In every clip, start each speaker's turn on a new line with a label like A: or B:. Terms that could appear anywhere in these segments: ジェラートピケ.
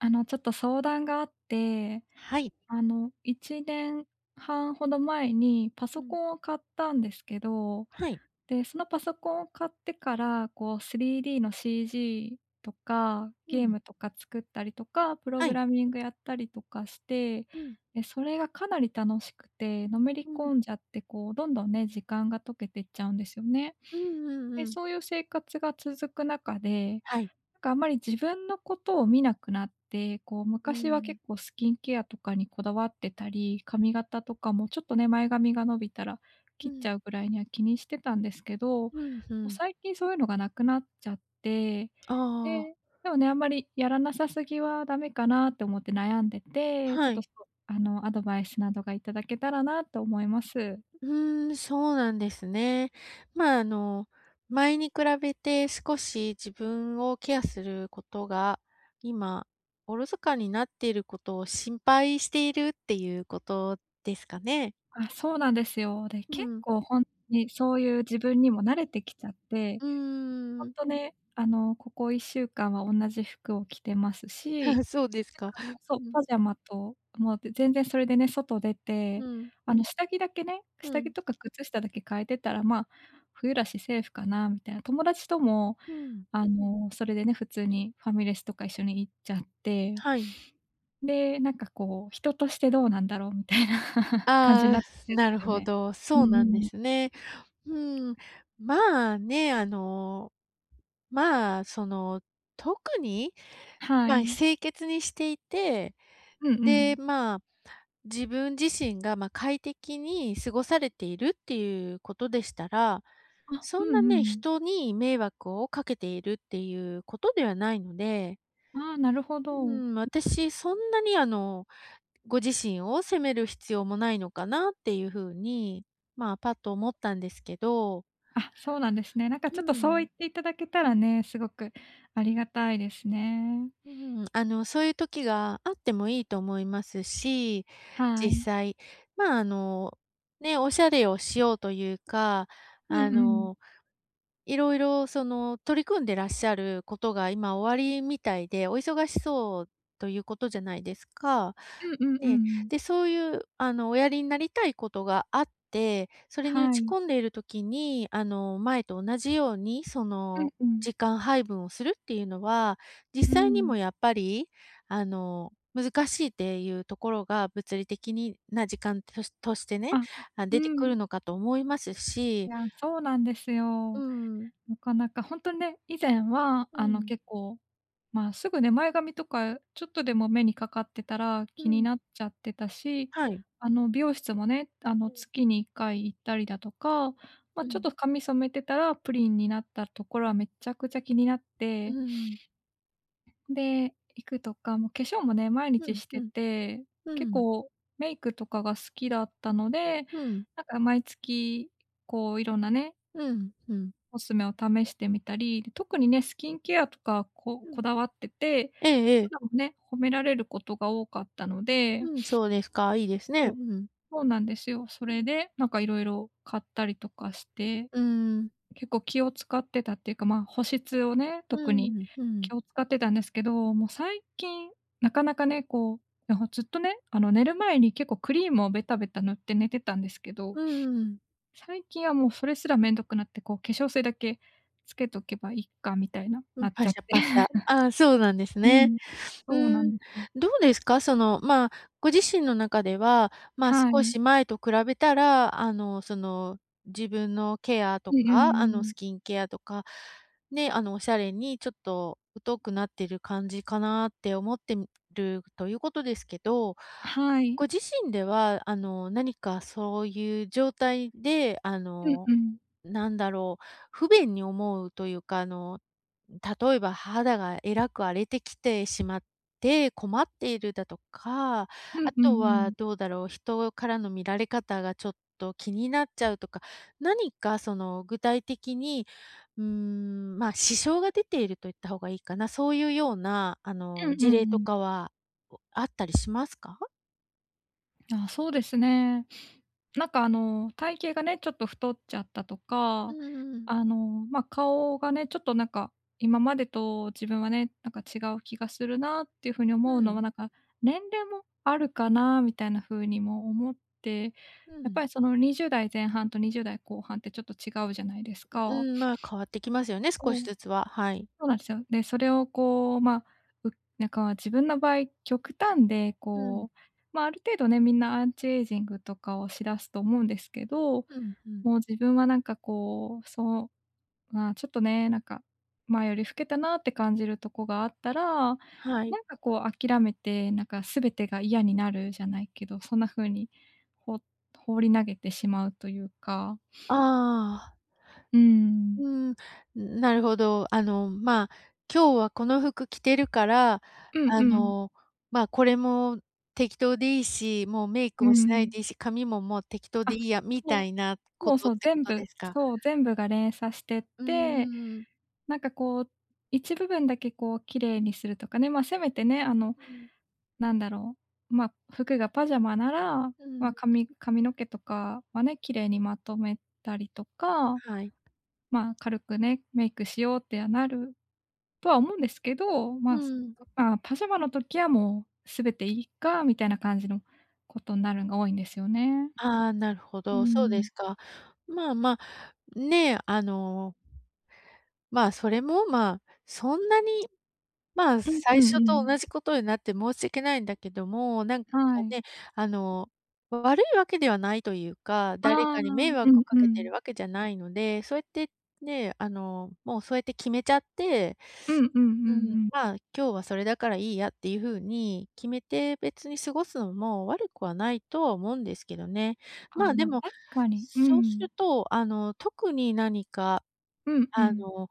A: ちょっと相談があって、
B: はい。
A: 1年半ほど前にパ
B: う
A: ソコ
B: ん。
A: ンを買ったんですけど、
B: はい。
A: で、そのパソコンを買ってから、こう 3D の CG とか、
B: う
A: ゲー
B: ん。
A: ムとか作ったりとか、プロ
B: は
A: グ
B: い。
A: ラミングやったりとかして、
B: うん。
A: で、それがかなり楽しくて、のめり
B: うん。
A: 込んじゃって、こうどんどんね、時間が溶けていっちゃうんですよね。
B: うんうん
A: で、
B: うん。
A: そういう生活が続く中で、
B: はい。
A: なんかあんまり自分のことを見なくなって、こう
B: う
A: 昔は
B: ん。
A: 結構スキンケアとかにこだわってたり、髪型とかもちょっとね、前髪が伸びたら
B: う
A: 切っち
B: ん。
A: ゃうぐらいには気にしてたんですけど、も
B: うんう
A: う
B: ん。
A: 最近そういうのがなくなっちゃって、
B: ああ。
A: で、でもね、あんまりやらなさすぎはダメかなって思って悩んでて、ちょっ
B: は
A: と
B: い。
A: そう、アドバイスなどがいただけたらなと思います。
B: うーん、そうなんですね。まあ、あの、前に比べて少し自分をケアすることが、今、おろそかになっていることを心配しているっていうことですかね？
A: あ、そうなんですよ。で、
B: う
A: 結
B: ん。
A: 構ほんにそういう自分にも慣れてきちゃって、
B: うー
A: ほ
B: ん。
A: んとね、ここ1週間はおんなじ服を着てます
B: あ、
A: し、
B: そうですか。
A: そう、
B: うん。
A: パジャマと、もう、全然それでね、外出
B: う
A: て、
B: ん。
A: 下着だけね、
B: う
A: 下着
B: ん。
A: とか靴下だけ変えてたら、まあ、冬だしセーフかなみたいな、友達とも
B: うん。
A: それでね、普通にファミレスとか一緒に行っちゃって、
B: はい。
A: で、なんかこう、人としてどうなんだろうみたいな 感じに
B: あ
A: なってき
B: あ、
A: てるんで
B: なる
A: すよ
B: ほ
A: ね。
B: ど、
A: うん
B: そうなんで
A: うん。
B: すね。うん。まあね、あの、まあ、その、特に、
A: は
B: まあ、
A: い。
B: 清潔にしていて、
A: うんう
B: で、
A: ん。
B: まあ、自分自身が、まあ、快適に過ごされているっていうことでしたら、
A: あ、う
B: そ
A: ん
B: んな
A: う
B: ね、
A: ん。
B: 人に迷惑をかけているっていうことではないので、
A: ああ、なるほ
B: う
A: ど。
B: ん、私そんなにあのご自身を責める必要もないのかなっていうふうに、まあ、パッと思ったんですけど。
A: あ、そうなんですね。なんかちょっと
B: う
A: そう言
B: ん。
A: っていただけたらね、すごくありがたいですね。
B: うん、あの、そういう時があってもいいと思いますし、
A: は
B: 実
A: い。
B: 際、まあ、あの、ね、おしゃれをしようというか、
A: うんう
B: あ
A: ん。
B: のいろいろその取り組んでらっしゃることが今おありみたいで、お忙しそうということじゃないですか。
A: うんうんう
B: ね、
A: ん。
B: で、そういうあのおやりになりたいことがあって、それに打
A: は
B: ち
A: い。
B: 込んでいる時に、あの前と同じようにそ
A: うん
B: の
A: うん。
B: 時間配分をするっていうのは、
A: う
B: 実際に
A: ん。
B: もやっぱりあの難しいっていうところが物理的にな時間としてね、
A: あ、
B: あ、
A: う
B: 出てく
A: ん。
B: るのかと思います
A: い
B: し、
A: や、そうなんです
B: う
A: よ。
B: ん、
A: なかなかほんとにね、以前は
B: うん。
A: 結構、まあ、すぐね、前髪とかちょっとでも目にかかってたら
B: う
A: 気に
B: ん、
A: なっちゃってたし、
B: はい。
A: 美容室もね、
B: うん、
A: 月に1回行ったりだとか、ま、
B: う
A: ちょっ
B: ん、
A: と髪染めてたらプリンになったところはめちゃくちゃ気になっ
B: う
A: て、
B: ん、
A: で、行くとか、もう化粧もね、毎
B: う
A: 日
B: ん、
A: して
B: うん、
A: て、
B: う
A: 結
B: ん、
A: 構メイクとかが好きだったので、
B: うん、
A: なんか毎月こういろんなね、
B: うん、
A: コスメを試してみたり、特にね、スキンケアとかこ
B: うん。
A: こだわってて、
B: ええええ。
A: 肌もね、褒められることが多かったので、
B: うん、そうですか、いいですね。
A: そ
B: う
A: う、
B: ん。
A: そうなんですよ。そ
B: う
A: れ
B: ん。
A: で、なんか色々買ったりとかして、
B: うーん、
A: 結構気を使ってたっていうか、ま、保湿をね、特
B: う
A: に
B: ん、うん、
A: 気を使ってたんですけど、もう最近、なかなかね、こう、なんかずっとね、寝る前に結構クリームをベタベタ塗って寝てたんですけど
B: うんうん。
A: 最近はもうそれすらめんどくなって、こう、化粧水だけつけとけばいっかみたいな、
B: う
A: な
B: ん、
A: っち
B: パ
A: ゃっ
B: シャ
A: て。
B: パシャ。ああ、そうなんです
A: う
B: ね。
A: ん。
B: う
A: そうな
B: ー
A: ん
B: ん、
A: ですよ。
B: どうですか？その、まあ、ご自身の中では、まあ、
A: は
B: 少
A: い。
B: し前と比べたら、あの、その、自分のケアと
A: うんうんう
B: か、あ
A: ん
B: の、
A: う
B: ス
A: ん。
B: キンケアとか、ね、あの、おしゃれにちょっと疎くなってる感じかなって思ってみるということですけど、
A: はい。
B: ご自身では、あの、何かそういう状態で、あ
A: うん
B: の、
A: うん。
B: なんだろう、不便に思うというか、あの、例えば肌がえらく荒れてきてしまって困っているだとか、あ
A: うんう
B: と
A: んう
B: は
A: ん。
B: どうだろう、人からの見られ方がちょっと気になっちゃうとか、何かその具体的に、うーん、ま、支障が出ていると言った方がいいかな、そういうようなあ
A: うん
B: の
A: うん
B: 事例
A: う
B: と
A: ん。
B: かは、あったりしますか？
A: あ、そうですね。なんか体型がね、ちょっと太っちゃったと
B: う
A: か、
B: んうんうん。
A: あの、まあ、顔がね、ちょっとなんか、今までと自分はね、なんか違う気がするなっていうふうに
B: う
A: 思うの
B: ん。
A: は、なんか、年齢もあるかなみたいな風にも思って、
B: う
A: やっ
B: ん。
A: ぱりその20代前半と20代後半ってちょっと違うじゃないです
B: う
A: か。
B: ん、まあ、変わってきますよね、少
A: そ
B: し
A: う。
B: ずつは。はい。
A: そうなんですよ。で、それをこう、まあ、うなんか自分の場合、極端で
B: うん。
A: こう、まあ、ある程度ね、みんなアンチエイジングとかをしだすと思うんですけど、
B: うんうん。
A: もう自分はなんかこう、そう、まあ、ちょっとね、なんか、前より老けたなって感じるとこがあったら、
B: は
A: な
B: い。
A: んかこう諦めて、なんか全てが嫌になるじゃないけど、そんな風にほ放り投げてしまうというか、
B: ああ。
A: うん。
B: うん、なるほど。あの、まあ、今日はこの服着てるから、
A: うん
B: あ
A: うん。
B: の、まあ、これも適当でいいし、もうメイク
A: う
B: もしない
A: ん。
B: でいいし、髪ももう適当で
A: あ、
B: いいや、みた
A: そ
B: いな
A: う。
B: こ
A: もう、
B: とっ
A: そう、
B: てこ
A: 全
B: とで
A: 部
B: すか？
A: そう、全部が連鎖してっ
B: う
A: て、
B: ーん。
A: なんかこう、一部分だけこう綺麗にするとかね、ま、せめてね、
B: うん。
A: なんだろう、ま、服がパジャマなら、
B: う
A: ま、
B: ん、
A: 髪の毛とかはね、綺麗にまとめたりとか、
B: はい。
A: まあ、軽くね、メイクしようってはなるとは思うんですけど、
B: うん。
A: ま、パジャマの時はもう全ていいかみたいな感じのことになるんが多いんですよね。
B: ああ、なるほ
A: う
B: ど、そうで
A: ん。
B: すか。まあまあ、ねえ、あのまあ、それも、まあ、そんなに、まあ、
A: うんう
B: 最
A: ん
B: 初
A: う
B: と同
A: ん。
B: じことになって申し訳ないんだけども、なんか
A: はい。
B: ね、あの、悪いわけではないというか、誰
A: ああ、
B: かに迷
A: う
B: 惑
A: ん
B: をか
A: う
B: けて
A: ん。
B: るわけじゃないので、そうやってね、あの、もうそうやって決めちゃって
A: うんうんうんう
B: うん、
A: ん。
B: まあ、今日はそれだからいいやっていうふうに決めて、別に過ごすのも悪くはないとは思うんですけどね。
A: ああ、
B: まあ、で
A: ま、
B: も、
A: 確かに。う
B: そうす
A: ん。
B: ると、あの、特に何か、
A: うんう
B: あ
A: ん。
B: の、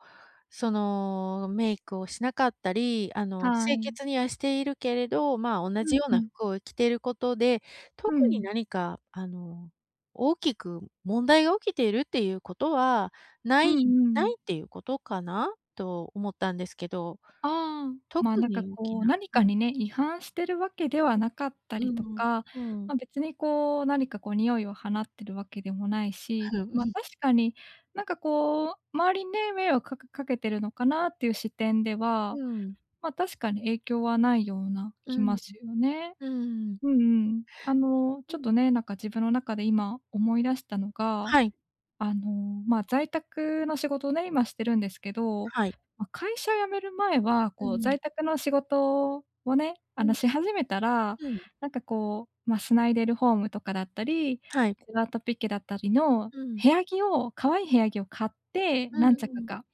B: その、メイクをしなかったり、あ
A: は
B: の、清
A: い。
B: 潔にはしているけれど、まあ、同
A: う
B: じ
A: ん
B: よう
A: う
B: な
A: ん。
B: 服を着ていることで、
A: う
B: 特に
A: ん。
B: 何か、あの、大きく問題が起きているっていうことはな
A: う
B: い
A: んう
B: な
A: ん。
B: いっていうことかなと思ったんですけど。
A: ああ、まあ、
B: 特
A: なんか
B: に大き
A: こう、
B: な
A: 何
B: う
A: か
B: ん、
A: にね、違反してるわけではなかった
B: う
A: りと
B: ん、
A: か、
B: うん。
A: ま、別にこう、何かこう臭いを放ってるわけでもないし、
B: う
A: ま、
B: ん、
A: 確かに、なんかこう、周りにね、迷惑かかけてるのかなっていう視点では、
B: うん、
A: ま、確かに影響はないような気ますよね。
B: うん、
A: うんうん。ち
B: う
A: ょっと
B: ん。
A: ね、なんか自分の中で今思い出したのが、
B: はい、
A: まあ、在宅の仕事をね、今してるんですけど、
B: はい。
A: ま、会社辞める前は、
B: う
A: こう
B: ん、
A: 在宅の仕事をね、
B: うん、
A: し始めたら、
B: うん、
A: なんかこう、ま、スナイデルホームとかだったり、ジ
B: はい。
A: ェラートピケだったりの
B: うん、
A: 部屋着を可愛い部屋着を買って、
B: う
A: 何着
B: ん、
A: か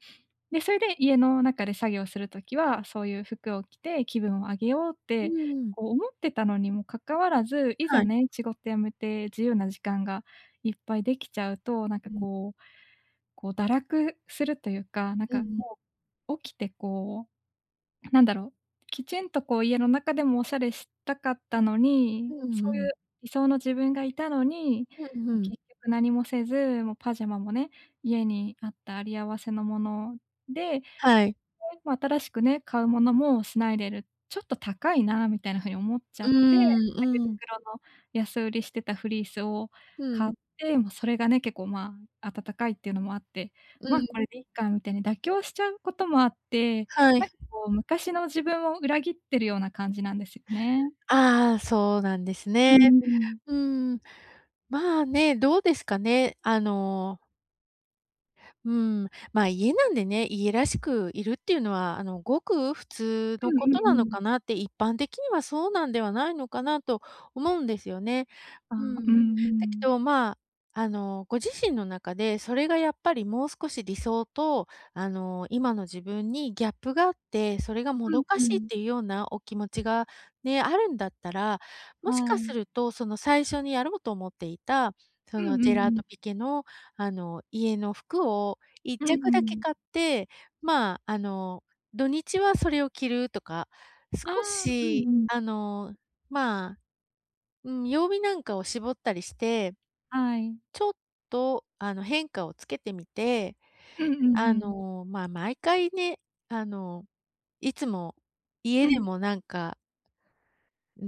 A: で、それで家の中で作業するときは、そういう服を着て気分を上げようっ
B: う
A: て、
B: ん、
A: こう思ってたのにもかかわらず、いざ
B: はい。
A: ね、仕事辞めて自由な時間がいっぱいできちゃうと、なん
B: う
A: か
B: ん、
A: こう堕落するというか、なん
B: う
A: か
B: ん、
A: もう起きてこう、なんだろう、きちんとこう家の中でもおしゃれしたかったの
B: う
A: に、そ
B: んう
A: うい
B: ん、
A: う理想の自分がいたのに、
B: うんうん。
A: 結局何もせず、もうパジャマもね、家にあったあり合わせのもので、
B: はい、はい、
A: まあ新しくね、買うものもしないでる、ちょっと高いなみたいな風に思っ
B: うん、うん、うん、はい、うん、うん、うん、はい、うん、うん、うん、うん、うん、はい、
A: ちゃ
B: う
A: っ
B: ー
A: て、ま、ユニ
B: ん、うん、
A: クロの安売りしてたフリースを
B: う
A: 買っ
B: ん、
A: て、もうそれがね、結構、まあ、暖かいっていうのもあって、
B: う
A: まあ、こ
B: ん、
A: れでいっかみたいに妥協しちゃうこともあって、
B: は
A: なん
B: い。
A: かこう昔の自分を裏切ってるような感じなんですよね。
B: ああ、そうなんです
A: う
B: ね。
A: ーん。
B: うーん。まあね、どうですかね。あのうん、まあ、家なんでね、家らしくいるっていうのは、あの、ごく普通のこ
A: うん
B: と
A: うんう
B: なの
A: ん。
B: かなって、一般的にはそうなんではないのかなと思うんですよね。
A: あ
B: う
A: あ、う
B: ん。だ
A: んう
B: け
A: ん。
B: ど、まあ、あの、ご自身の中で、それがやっぱりもう少し理想と、あの、今の自分にギャップがあって、それがも
A: うん
B: どか
A: う
B: しいっ
A: ん。
B: ていうようなお気持ちがね、あるんだったら、もし
A: は
B: かす
A: い。
B: ると、その最初にやろうと思っていた、そ
A: うんう
B: の
A: んう
B: ジェラー
A: ん。
B: トピケのあの、家の服を
A: うん
B: 一
A: う
B: 着だけ
A: ん。
B: 買って、まあ、あの、土日はそれを着るとか、
A: ああ、
B: 少
A: うん
B: し、
A: う
B: あ
A: ん。
B: の、まあ、うん、曜日なんかを絞ったりして、
A: はい。
B: ちょっと、あの、変化をつけてみて、
A: うんうん
B: あ
A: うん。
B: の、まあ、毎回ね、あの、いつも家
A: うん
B: でもなんか、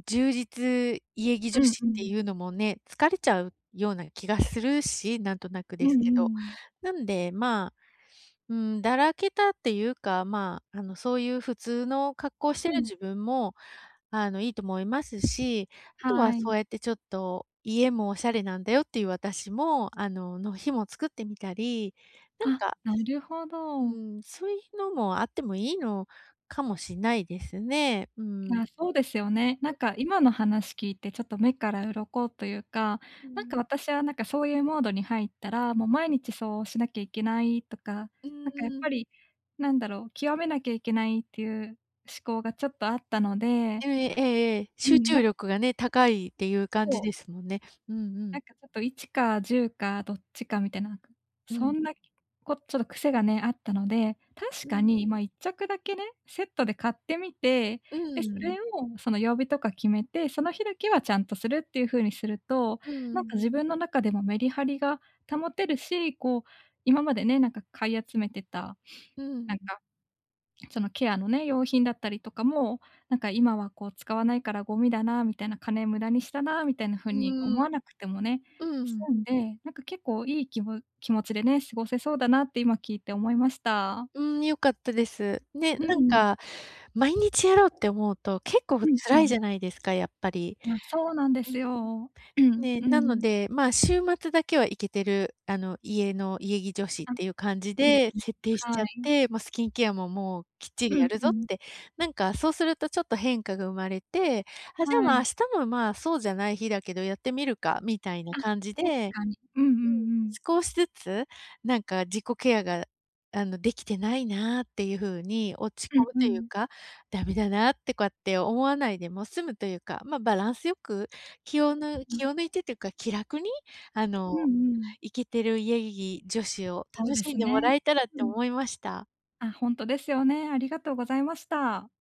B: 充実家着
A: う
B: 女
A: ん
B: 子
A: う
B: って
A: ん。
B: いうのもね、疲れちゃうような気がするし、なんとなく
A: う
B: です
A: んう
B: けど。
A: ん。
B: なんで、まあうん、だらけたっていうか、まあ、あの、そういう普通の格好して
A: う
B: る
A: ん、
B: 自分も、あの、いいと思いますし、あとは
A: はい。
B: そうやってちょっと家もおしゃれなんだよっていう私も、あの、の日も作ってみたり、なん
A: あ、
B: か、
A: なるほ
B: う
A: ど。
B: ん、そういうのもあってもいいのかもしんないですね。う
A: い
B: ん。
A: や、そうですよね。なんか今の話聞いてちょっと目から鱗というか、
B: う
A: なんか
B: ん。
A: 私はなんかそういうモードに入ったら、もう毎日そうしなきゃいけないとか、
B: う
A: な
B: ー
A: んかやっ
B: ん。
A: ぱり、なんだろう、極めなきゃいけないっていう思考がちょっとあったので、
B: ええええええ、
A: う
B: 集
A: ん、な
B: 中
A: んか
B: 力がね、高いっていう感
A: こ
B: じ
A: う
B: ですもんね。うんう
A: な
B: ん。
A: んかちょっと1か10かどっちかみたいな、なんか、
B: う
A: そ
B: ん。
A: んな、ちょっと癖がね、あったので、確
B: う
A: か
B: ん。
A: に、ま、1着だけね、セットで買ってみて、
B: う
A: で、そ
B: ん。
A: れをその曜日とか決めて、その日だけはちゃんとするっていう風にすると、
B: う
A: なん
B: ん。
A: か自分の中でもメリハリが保てるし、こう、今までね、なんか買い集めてた、
B: うん。
A: なん
B: うん。
A: かそのケアのね、用品だったりとかも、なんか今はこう使わないからゴミだなみたいな、金無駄にしたなみたいな風
B: う
A: に
B: ー
A: 思わ
B: ん。
A: なくてもね、
B: うん。
A: 済んで、なんか結構いい気持ちでね、過ごせそうだなって今聞いて思いました。
B: うん、良かったです。ね、
A: う
B: なん
A: ん。
B: か、毎日やろうって思うと、結構
A: うんう
B: 辛いじ
A: ん。
B: ゃないですか、やっぱり。
A: いや、そうなんで
B: うん。
A: すよ。うん
B: ね、
A: う
B: なの
A: ん。
B: で、まあ、週末だけは行けてる、あの、家の家着女子っ
A: あ、
B: ていう感じ
A: いいで
B: で
A: すね。
B: 設定しちゃ
A: は
B: っ
A: い。
B: て、まあ、スキンケアももうきっち
A: う
B: りや
A: ん
B: る
A: う
B: ぞっ
A: ん。
B: て、なんかそうするとちょっと変化が生まれて、あ、じゃあ、
A: は
B: まあ、明
A: い。
B: 日も、まあ、そうじゃない日だけどやってみるかみたいな
A: あ、
B: 感じ
A: 確
B: で
A: かに。うんうん
B: うん。
A: うん。
B: 少しずつ、なんか自己ケアが、あの、できてないなっていう風に落ち
A: うん
B: 込む
A: う
B: という
A: ん。
B: か、ダメだなってこうやって思わないでも済むというか、ま、バランスよく気をぬ
A: うん。
B: 気を抜いてというか、気楽に、あ
A: う
B: の、
A: んうん。
B: イケてる家着女子を
A: そう
B: 楽
A: で
B: し
A: す
B: んで
A: ね。
B: もらえたらっ
A: う
B: て
A: ん。
B: 思いました。
A: あ、ほんとですよね。ありがとうございました。